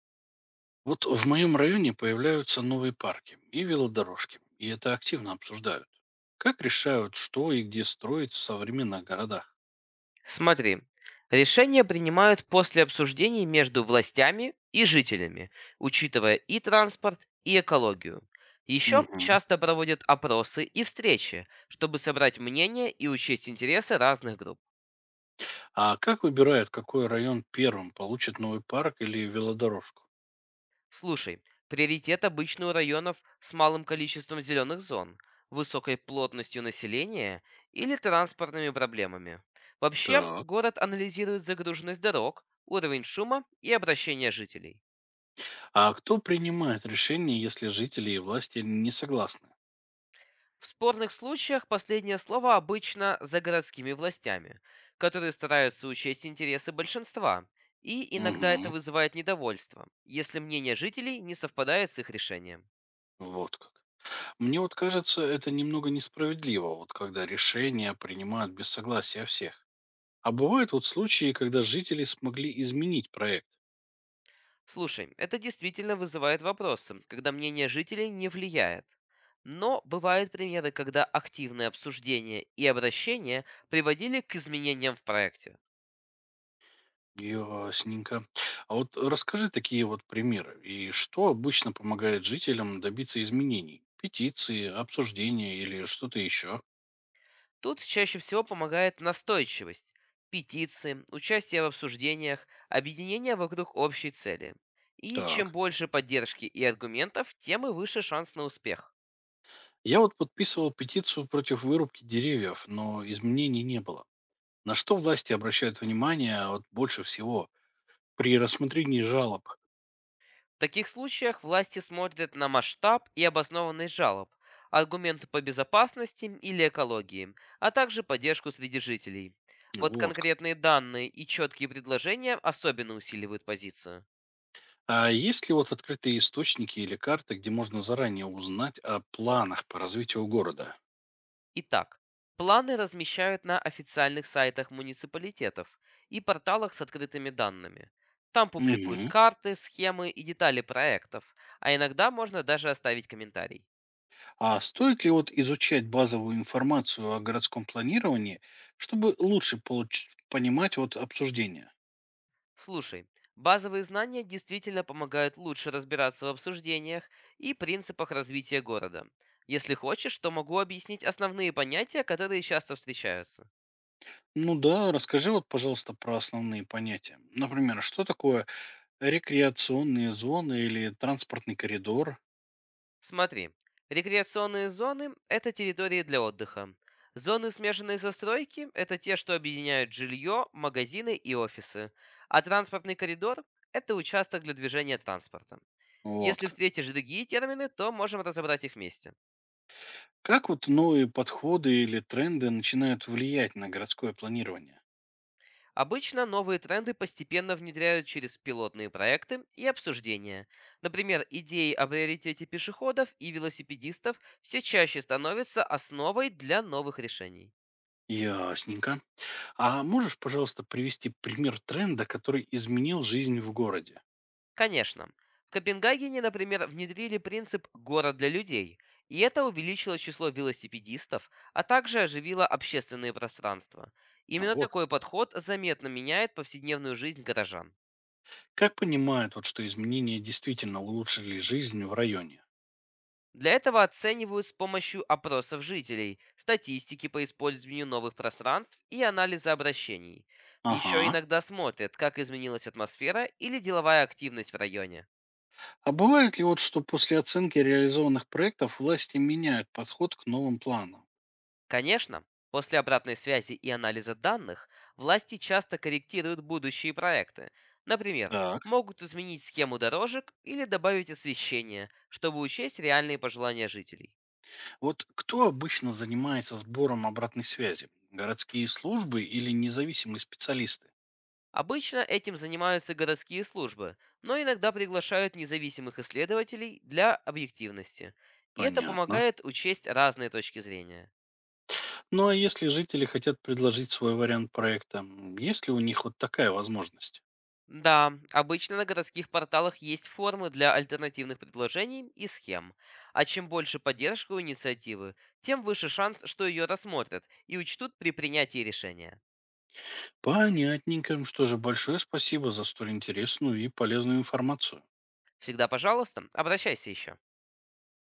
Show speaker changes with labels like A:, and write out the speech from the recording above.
A: Вот в моем районе появляются новые парки и велодорожки, и это активно обсуждают. Как решают, что и где строить в современных городах?
B: Смотри, решения принимают после обсуждений между властями и жителями, учитывая и транспорт, и экологию. Еще
A: Мгм.
B: часто проводят опросы и встречи, чтобы собрать мнение и учесть интересы разных групп.
A: А как выбирают, какой район первым получит новый парк или велодорожку?
B: Слушай, приоритет обычно у районов с малым количеством зеленых зон, высокой плотностью населения или транспортными проблемами. Вообще,
A: Так.
B: город анализирует загруженность дорог, уровень шума и обращение жителей.
A: А кто принимает решение, если жители и власти не согласны?
B: В спорных случаях последнее слово обычно за городскими властями, которые стараются учесть интересы большинства, и иногда это
A: Мгм.
B: вызывает недовольство, если мнение жителей не совпадает с их решением.
A: Вот как. Мне вот кажется, это немного несправедливо, вот когда решения принимают без согласия всех. А бывают вот случаи, когда жители смогли изменить проект?
B: Слушай, это действительно вызывает вопросы, когда мнение жителей не влияет. Но бывают примеры, когда активное обсуждение и обращение приводили к изменениям в проекте.
A: Ясненько. А вот расскажи такие вот примеры. И что обычно помогает жителям добиться изменений? Петиции, обсуждения или что-то еще?
B: Тут чаще всего помогает настойчивость, петиции, участие в обсуждениях, объединение вокруг общей цели. И чем
A: Так.
B: больше поддержки и аргументов, тем и выше шанс на успех.
A: Я вот подписывал петицию против вырубки деревьев, но изменений не было. На что власти обращают внимание вот больше всего при рассмотрении жалоб?
B: В таких случаях власти смотрят на масштаб и обоснованность жалоб, аргументы по безопасности или экологии, а также поддержку среди жителей. Вот
A: Вот как.
B: конкретные данные и четкие предложения особенно усиливают позицию.
A: А есть ли вот открытые источники или карты, где можно заранее узнать о планах по развитию города?
B: Итак, планы размещают на официальных сайтах муниципалитетов и порталах с открытыми данными. Там публикуют
A: Угу.
B: карты, схемы и детали проектов, а иногда можно даже оставить комментарий.
A: А стоит ли вот изучать базовую информацию о городском планировании, чтобы лучше понимать вот обсуждение?
B: Слушай, базовые знания действительно помогают лучше разбираться в обсуждениях и принципах развития города. Если хочешь, то могу объяснить основные понятия, которые часто встречаются.
A: Ну да, расскажи вот, пожалуйста, про основные понятия. Например, что такое рекреационные зоны или транспортный коридор?
B: Смотри, рекреационные зоны – это территории для отдыха. Зоны смешанной застройки – это те, что объединяют жилье, магазины и офисы. А транспортный коридор – это участок для движения транспорта.
A: Вот
B: Если
A: как.
B: встретишь другие термины, то можем разобрать их вместе.
A: Как вот новые подходы или тренды начинают влиять на городское планирование?
B: Обычно новые тренды постепенно внедряют через пилотные проекты и обсуждения. Например, идеи о приоритете пешеходов и велосипедистов все чаще становятся основой для новых решений.
A: Ясненько. А можешь, пожалуйста, привести пример тренда, который изменил жизнь в городе?
B: Конечно. В Копенгагене, например, внедрили принцип «город для людей», и это увеличило число велосипедистов, а также оживило общественные пространства.
A: Ну,
B: Именно
A: вот.
B: такой подход заметно меняет повседневную жизнь горожан.
A: Как понимают, вот, что изменения действительно улучшили жизнь в районе?
B: Для этого оценивают с помощью опросов жителей, статистики по использованию новых пространств и анализа обращений. Еще
A: Ага.
B: иногда смотрят, как изменилась атмосфера или деловая активность в районе.
A: А бывает ли вот, что после оценки реализованных проектов власти меняют подход к новым планам?
B: Конечно, после обратной связи и анализа данных власти часто корректируют будущие проекты. Например,
A: Так.
B: могут изменить схему дорожек или добавить освещение, чтобы учесть реальные пожелания жителей.
A: Вот кто обычно занимается сбором обратной связи? Городские службы или независимые специалисты?
B: Обычно этим занимаются городские службы, но иногда приглашают независимых исследователей для объективности. И это
A: Понятно.
B: помогает учесть разные точки зрения.
A: Ну а если жители хотят предложить свой вариант проекта, есть ли у них вот такая возможность?
B: Да, обычно на городских порталах есть формы для альтернативных предложений и схем. А чем больше поддержка у инициативы, тем выше шанс, что ее рассмотрят и учтут при принятии решения.
A: Понятненько. Что же, большое спасибо за столь интересную и полезную информацию.
B: Всегда, пожалуйста, обращайся еще.